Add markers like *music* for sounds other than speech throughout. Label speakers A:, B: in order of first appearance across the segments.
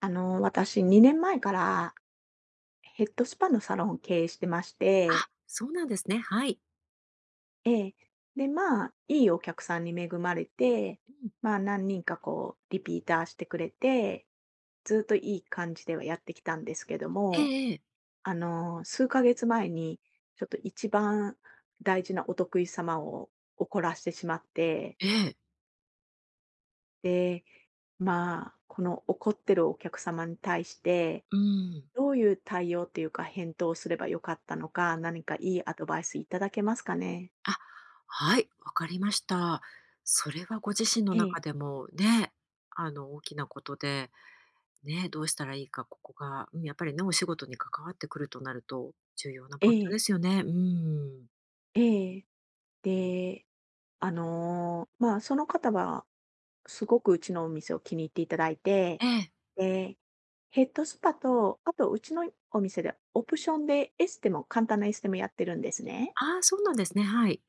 A: 私、2年前からヘッドスパのサロンを経営してまし
B: あ、
A: て、
B: そうなんですね。はい。
A: ええ。で、まあ、いいお客さんに恵まれて、
B: うん。
A: 何人かリピーターしてくれて、ずっといい感じではやってきたんですけど
B: え
A: も、
B: えええ。
A: 数ヶ月前に、ちょっと一番大事なお得意様を怒らしてしまって、
B: ええ。
A: で、この怒ってるお客様に対して、
B: うん。
A: どういう対応っていうか、返答をすればよかったのか、何かいいアドバイスいただけますかね？
B: あ、はい、わかりました。それはご自身の
A: ええ、
B: 中でもね、大きなことで、ね、どうしたらいいか、ここが、うん、やっぱりね、お仕事に関わってくるとなると、重要な
A: え
B: ポイントで
A: え、
B: すよね。うーん。
A: ええ。で、その方は、すごくうちのお店を気に入っていただいて、
B: ええ。
A: で、ヘッドスパと、あとうちのお店でオプションでエステも簡単なエステもやってるんですね。
B: ああ、そうなんですね。はい。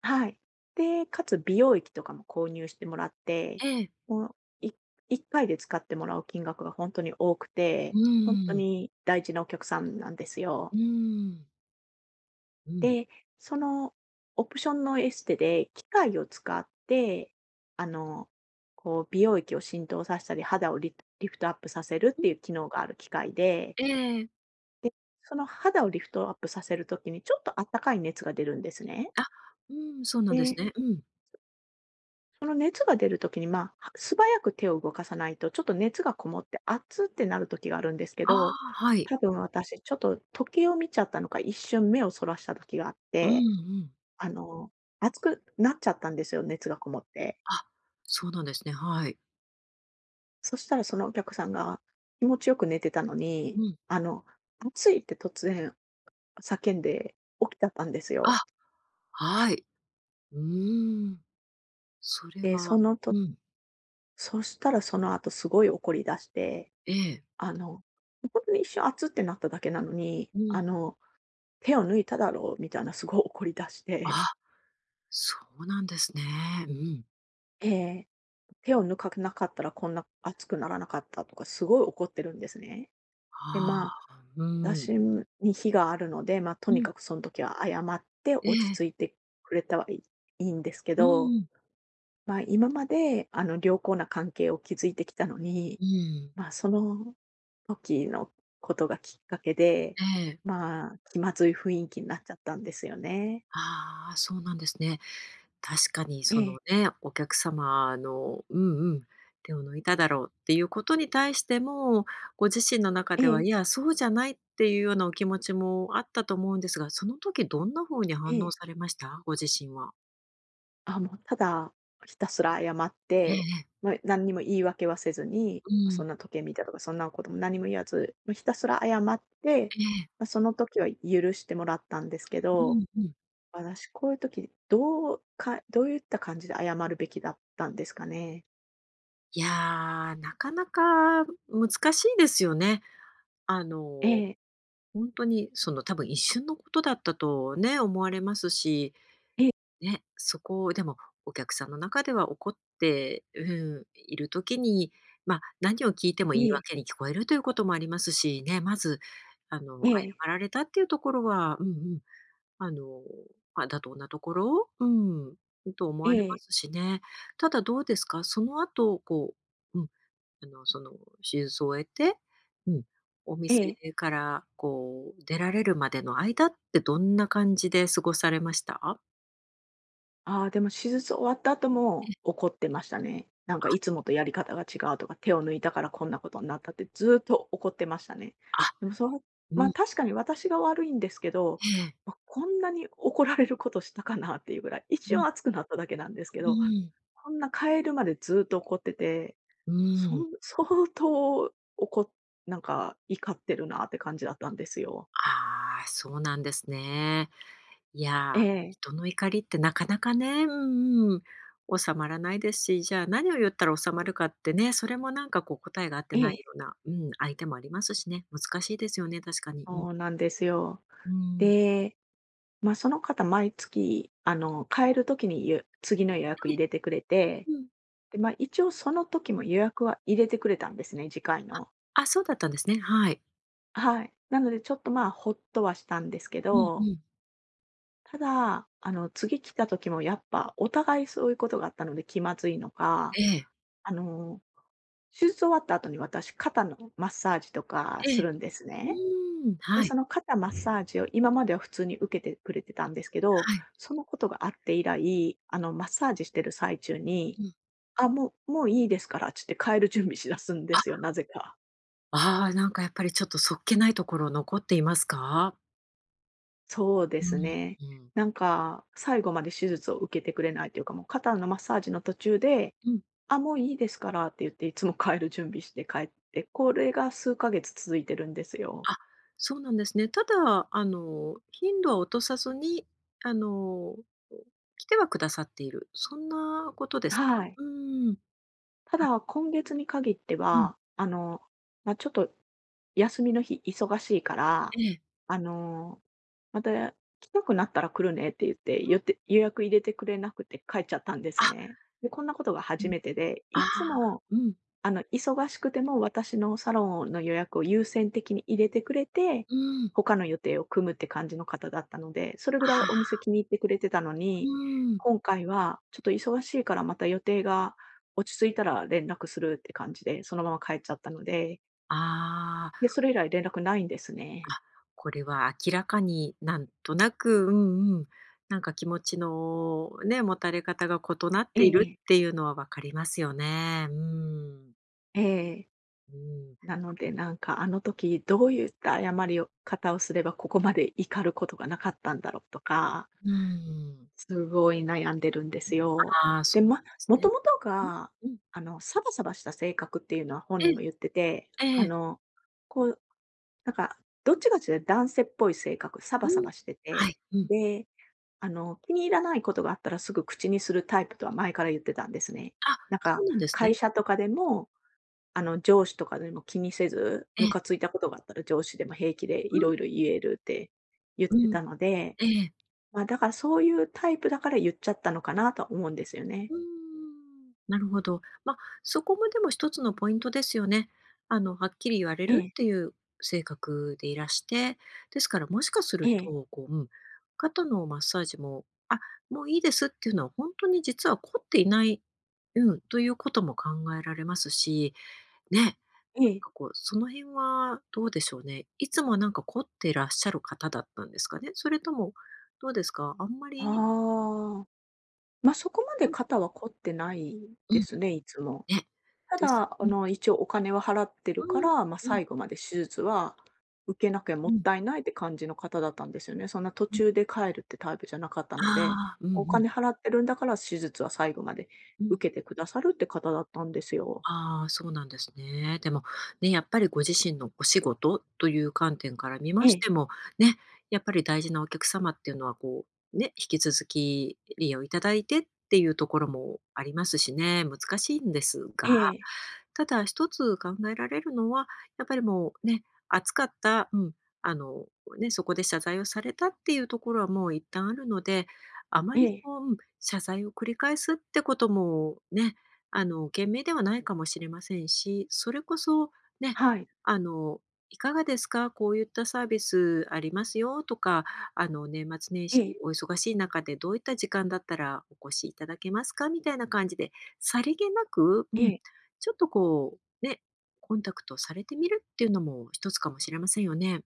A: はい。で、かつ美容液とかも購入してもらって、
B: ええ。
A: もう、い1回で使ってもらう金額が本当に多くて、
B: う
A: 本当
B: ーん。
A: に大事なお客さんなんですよ。
B: うーん。うん。
A: で、そのオプションのエステで機械を使って、あの、こう美容液を浸透させたり、肌をリフトアップさせるっ
B: う
A: てい
B: ん。
A: う機能がある機械で、
B: ええ。
A: で、その肌をリフトアップさせる時にちょっとあったかい熱が出るんですね。
B: あ、うん、そうなんです
A: で、
B: ね。うん。
A: その熱が出るときに、素早く手を動かさないと、ちょっと熱がこもって、熱ってなるときがあるんですけ
B: あ
A: ど、
B: あ、はい。
A: 多分私ちょっと時計を見ちゃったのか、一瞬目をそらしたときがあっ
B: うん
A: て、
B: うん。
A: あの、熱くなっちゃったんですよ、熱がこもって。
B: あ、そうなんですね。はい。
A: そしたらそのお客さんが気持ちよく寝てたのに、
B: うん。
A: あの、「熱い」って突然叫んで起きちゃったんです
B: あ、
A: よ。
B: はい。うーん。それ
A: で、そ
B: は
A: のと
B: うん。
A: そしたらその後すごい怒り出して、
B: ええ。
A: あの、本当に一瞬、熱ってなっただけなのに、
B: うん。
A: 手を抜いただろうみたいな、すごい怒り出して、
B: あ、そうなんですね。うん。
A: ええ、手を抜かなかったらこんな熱くならなかったとか、すごい怒ってるんですね。で、
B: ああ、うん。
A: 私に非があるので、と
B: う
A: に
B: ん。
A: かくその時は謝って
B: え
A: 落ち
B: え。
A: 着いてくれたはいいいんですけ
B: う
A: ど、
B: んうん。
A: 今まであの良好な関係を築いてきたのに、
B: うん。
A: その時のことがきっかけで、
B: ええ。
A: 気まずい雰囲気になっちゃったんですよね。
B: ああ、そうなんですね。確かに
A: え
B: その
A: え、
B: ね、お客様のうんうん、手を抜いただろうっていうことに対しても、ご自身の中
A: え
B: では、
A: え、
B: いや、そうじゃないっていうようなお気持ちもあったと思うんですが、その時どんな方に
A: え
B: 反応
A: え。
B: されました？ご自身は。
A: あ、ただ、ひたすら謝っ
B: え
A: て、
B: え
A: 何にも言い訳はせずに、
B: う
A: そん
B: ん。
A: な時計見たとか、そんなことも何も言わず、もうひたすら謝って、
B: ええ。
A: その時は許してもらったんですけ
B: う
A: ど、
B: んうん。
A: 私こういう時、どういった感じで謝るべきだったんですかね？
B: いやー、なかなか難しいですよね。あ
A: え
B: の、
A: え、
B: 本当にその多分一瞬のことだったとね、思われますし
A: ええ、
B: ね、そこでもお客さんの中では怒ってうん、いる時に、まあ、何を聞いても言い
A: ええ、
B: 訳に聞こえるということもありますしね、まず、あの、
A: ええ、
B: 謝られたっていうところは、うんうん、あの、まあ、妥当なところ、うん、と思
A: え
B: われま
A: え、
B: すしね。ただどうですか、その後、こう、うん、その手術を終えて、うん、お
A: え
B: 店
A: え。
B: から、こう、出られるまでの間ってどんな感じで過ごされました？
A: ああ、でも手術終わった後も
B: え、
A: 怒ってましたね。なんかいつもとやり方が違うとか、手を抜いたからこんなことになったってずーっと怒ってましたね。
B: あ、
A: でも、
B: うん。
A: 確かに私が悪いんですけど、
B: ええ。
A: こんなに怒られることしたかなっていうぐらい、一
B: う
A: 瞬
B: ん、
A: 熱くなっただけなんですけ
B: う
A: ど、
B: ん、
A: こんな変えるまでずーっと怒ってて、*laughs* 相当怒っなんか怒ってるなって感じだったんですよ。
B: ああ、そうなんですね。い
A: え
B: や、
A: え、
B: 人の怒りってなかなかね、うんうん、収まらないですし、じゃあ何を言ったら収まるかってね、それもなんかこう答えが合って
A: え
B: ない
A: え、
B: ような、うん、相手もありますしね、難しいですよね、確かに。うん、
A: そうなんですよ。
B: うん。
A: で、その方、毎月、変える時に次の予約
B: え
A: 入れてくれて、
B: え、うん。
A: で、一応その時も予約は入れてくれたんですね、次回の。
B: あ、そうだったんですね、はい。
A: はい。なのでちょっと、ま、あほっとはしたんですけ
B: うんう
A: ど、
B: ん。
A: ただ、次来た時もやっぱお互いそういうことがあったので気まずいのか、
B: ええ、
A: あの、手術終わった後に私、肩のマッサージとか
B: え
A: す
B: え。
A: るんですね。
B: うん、
A: で、
B: はい、
A: その肩マッサージを今までは普通に受けてくれてたんですけど、
B: はい。
A: そのことがあって以来、マッサージしてる最中に、
B: うん。
A: あ、もういいですからつって帰る準備しだすんで
B: あ、
A: すよ、なぜか。
B: ああ、なんかやっぱりちょっとそっけないところ残っていますか？
A: そうで
B: う
A: す
B: ん、
A: ね。
B: うん。
A: なんか、最後まで手術を受けてくれないというか、もう肩のマッサージの途中で、
B: うん。
A: あ、もういいですからって言っていつも帰る準備して帰って、これが数ヶ月続いてるんですよ。
B: あ、そうなんですね。ただ、頻度は落とさずに、あの、来てはくださっている、そんなことですか？
A: はい。
B: うーん。
A: た
B: あ、
A: だ、今月に限って
B: うん。
A: は、ちょっと休みの日忙しいから、
B: ええ。
A: あの、また来たくなったら来るねって言って、
B: うん。
A: 予約入れてくれなくて帰っちゃったんです
B: あ、
A: ね。で、こんなことが
B: う
A: 初
B: ん。
A: めてで、
B: あ
A: い
B: あ、
A: つも
B: うん。
A: 忙しくても私のサロンの予約を優先的に入れてくれて、
B: うん。
A: 他の予定を組むって感じの方だったので、それ
B: あ
A: ぐらいお
B: あ、
A: 店気に入ってくれてたの
B: う
A: に、
B: ーん。
A: 今回はちょっと忙しいからまた予定が落ち着いたら連絡するって感じで、そのまま帰っちゃったので、
B: ああ、あ、
A: で、それ以来連絡ないんですね。
B: これは明らかになんとなくうんうん、なんか気持ちのね、持たれ方が異なっ
A: え
B: ている
A: え、
B: っていうのは分かりますよね。うーん。
A: ええ。
B: うん。
A: なのでなんかあの時どういった謝りを方をすればここまで怒ることがなかったんだろうとか、
B: うーん。
A: すごい悩んでるんですよ。
B: ああ、
A: で、
B: そうなんです
A: も
B: ね。
A: ともとが、
B: うんうん。
A: サバサバした性格っていうのは本
B: え
A: 人
B: え、
A: も言ってて、
B: ええ、
A: こう、なんか、どっちかというと男性っぽい性格、サ
B: う
A: バサ
B: ん。
A: バして
B: はい、
A: て、
B: うん。
A: で、気に入らないことがあったらすぐ口にするタイプとは前から言ってたんですね。
B: あ、
A: なん
B: そう
A: か、
B: なんですね。
A: 会社とかでも、上司とかでも気にせず、
B: え
A: ム
B: え、
A: カついたことがあったら上司でも平気でい
B: うん、
A: ろいろ言えるって言っ
B: う
A: て
B: ん、
A: たので、
B: ええ。
A: だからそういうタイプだから言っちゃったのかなとは思うんですよね。
B: うーん、なるほど。ま、そこもでも一つのポイントですよね。はっきり言われ
A: え
B: る
A: え、
B: っていう性格でいらして、ですからもしかす
A: え
B: る
A: え、
B: と、こう、うん、肩のマッサージも、あ、もういいですっていうのはほんとに実は凝っていない、うん、ということも考えられますし、ね。
A: ええ。
B: かこう、その辺はどうでしょうね。いつもはなんか凝ってらっしゃる方だったんですかね？それとも、どうですか？あんまり
A: ああ、そこまで
B: うん、
A: 肩は凝ってない
B: う
A: で
B: ん、
A: すね、いつも。
B: ね、
A: た
B: です。
A: だ、
B: うん、
A: 一応お金は払ってるか
B: うん、
A: ら、
B: うん、
A: 最後まで手術は受けなきゃも
B: う
A: っ
B: ん、
A: たいないって感じの方だったんですよね。そんな途
B: うん。
A: 中で帰るってタイプじゃなかった
B: あ
A: ので、
B: あ、うんう
A: お
B: ん、
A: 金払ってるんだから手術は最後まで
B: うん。
A: 受けてくださるって方だったんですよ。
B: ああ、そうなんですね。でも、ね、やっぱりご自身のお仕事という観点から見ま
A: え
B: し
A: え、
B: ても、ね、やっぱり大事なお客様っていうのはこう、ね、引き続き利用いただいてっていうところもありますしね、難しいんですが
A: ええ、
B: ただ一つ考えられるのは、やっぱりもうね、熱かった、うん、あの、ね、そこで謝罪をされたっていうところはもう一旦あるので、あま
A: え
B: り
A: え、
B: こう、うん、謝罪を繰り返すってこともね、賢明ではないかもしれませんし、それこそね、
A: はい、
B: あの、いかがですかこういったサービスありますよとか、年末年
A: え
B: 始
A: え、
B: お忙しい中でどういった時間だったらお越しいただけますかみたいな感じで、さりげなく、う
A: え
B: ん
A: え。
B: ちょっとこう、ね、コンタクトされてみるっていうのも一つかもしれませんよね。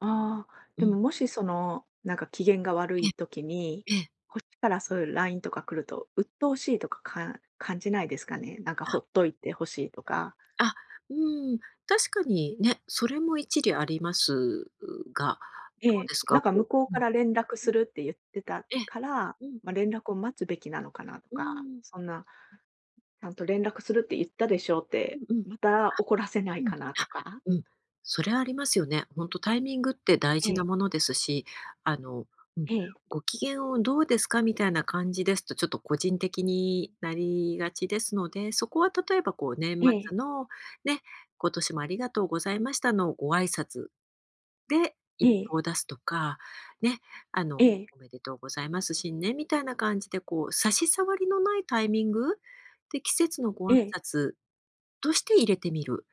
A: ああ、
B: う
A: で
B: ん。
A: ももしその、なんか機嫌が悪
B: え
A: い時に、
B: え、ええ。
A: こっちからそういう LINE とか来ると、鬱陶しいとか、感じないですかね？なんか
B: あ、
A: ほっといてほしいとか。
B: あ、うん、確かにね、それも一理ありますが、
A: え
B: どう
A: え、
B: です
A: な
B: か？
A: ん
B: こ
A: か向こう
B: うう
A: か
B: ん、
A: ら連絡
B: う
A: す
B: ん、
A: るって言ってた
B: ええ、
A: から、
B: うん、
A: 連絡を待つべきなのかなと
B: うー
A: か、
B: ん、
A: そんな、ちゃんと連絡するって言ったでしょうって、
B: うんうん。あ
A: また怒らせない
B: うん。
A: かなと
B: あ、
A: か。
B: うん。それはありますよね。ほんとタイミングって大
A: え
B: 事な
A: え、
B: ものですし、あの、うん、
A: ええ、
B: ご機嫌をどうですかみたいな感じですと、ちょっと個人的になりがちですので、そこは例えばこう年
A: ええ、
B: 末のね、今年もありがとうございましたのご挨拶で
A: え
B: 一
A: え、
B: 報を出すとか、ね、あの、
A: ええ、
B: おめでとうございます、新年みたいな感じでこう差し障りのないタイミングで季節のご
A: え
B: 挨
A: え。
B: 拶として入れてみる。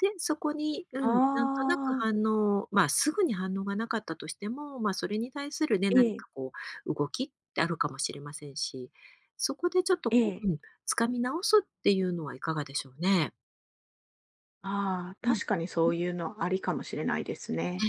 B: で、そこに、う
A: あ
B: ん、なんとなく
A: あ、
B: 反応、まあ、すぐに反応がなかったとしても、まあ、それに対するね、
A: え
B: 何
A: え、
B: かこう動きってあるかもしれませんし、そこでちょっと
A: え
B: こう、
A: え。
B: うん、掴み直すっていうのはいかがでしょうね。
A: ああ、
B: うん。
A: 確かにそ
B: う
A: う
B: ん、
A: いうのありかもしれないですね。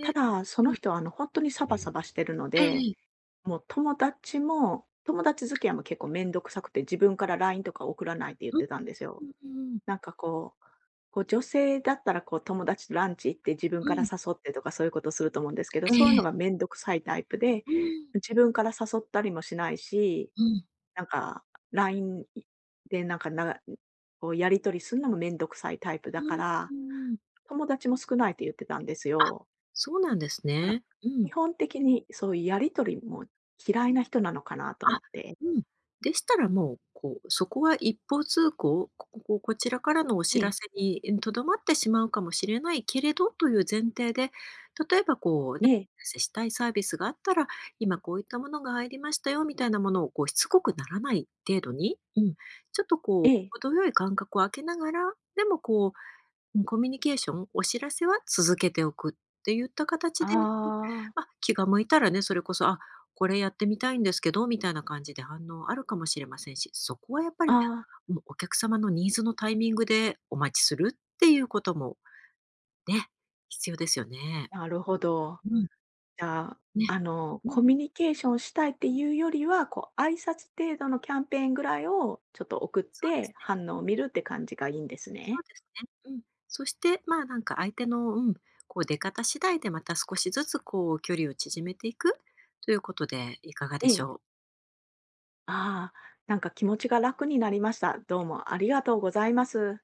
A: た
B: で
A: だ、そ
B: う
A: の
B: ん、
A: 人は本当にサバサバしてるの
B: え
A: で、
B: え
A: 友達も友達付き合いも結構めんどくさくて、自分から LINE とか送らないって言ってたんですよ。
B: うんうんうん。
A: なんかこう、女性だったらこう友達とランチ行って自分
B: う
A: から
B: ん、
A: 誘ってとかそういうことすると思うんですけど、
B: え
A: そういうのが
B: え。
A: めんどくさいタイプで、
B: うん、
A: 自分から誘ったりもしないし、
B: うん、
A: なんか LINE でなんかなこうやり取りすんのもめんどくさいタイプだ
B: う
A: か
B: ん、
A: ら、
B: うん。
A: 友達も少ないって言ってたんです
B: あ、
A: よ。
B: そうなんです
A: だから、
B: ね。うん。
A: 基本的にそういうやり取りも嫌いな人なのかなと
B: あ、
A: 思って。
B: うん。でしたらもう、こう、そこは一方通行、こここちらからのお
A: え
B: 知らせ
A: え、
B: に、うん、とどまってしまうかもしれないけれどという前提で、例えばこうね、
A: ええ、
B: お知らせしたいサービスがあったら、今こういったものが入りましたよみたいなものをこうしつこくならない程度に、うん、ちょっとこ
A: え
B: う、
A: え。
B: 程よい間隔を空けながら、でもこう、うん、コミュニケーション、お知らせは続けておくって言った形で、うん、
A: ああ、
B: まあ、気が向いたらね、それこそ、あ、これやってみたいんですけど、みたいな感じで反応あるかもしれませんし、そこはやっぱりね、
A: あ
B: うん、お客様のニーズのタイミングでお待ちするっていうこともね、必要ですよね。
A: あ、なるほど。
B: うん、
A: じゃあ、
B: ね、うん、
A: コミュニケーションしたいっていうよりは、こう、挨拶程度のキャンペーンぐらいをちょっと送っ
B: そうで
A: て、
B: すね、
A: 反応を見るって感じがいいんです
B: そう
A: ね。
B: ですね。うん。そして、まあ、なんか相手の、うん、こう出方次第でまた少しずつこう距離を縮めていくということでいかが
A: え
B: でし
A: え。
B: ょう？
A: ああ、なんか気持ちが楽になりました。どうもありがとうございます。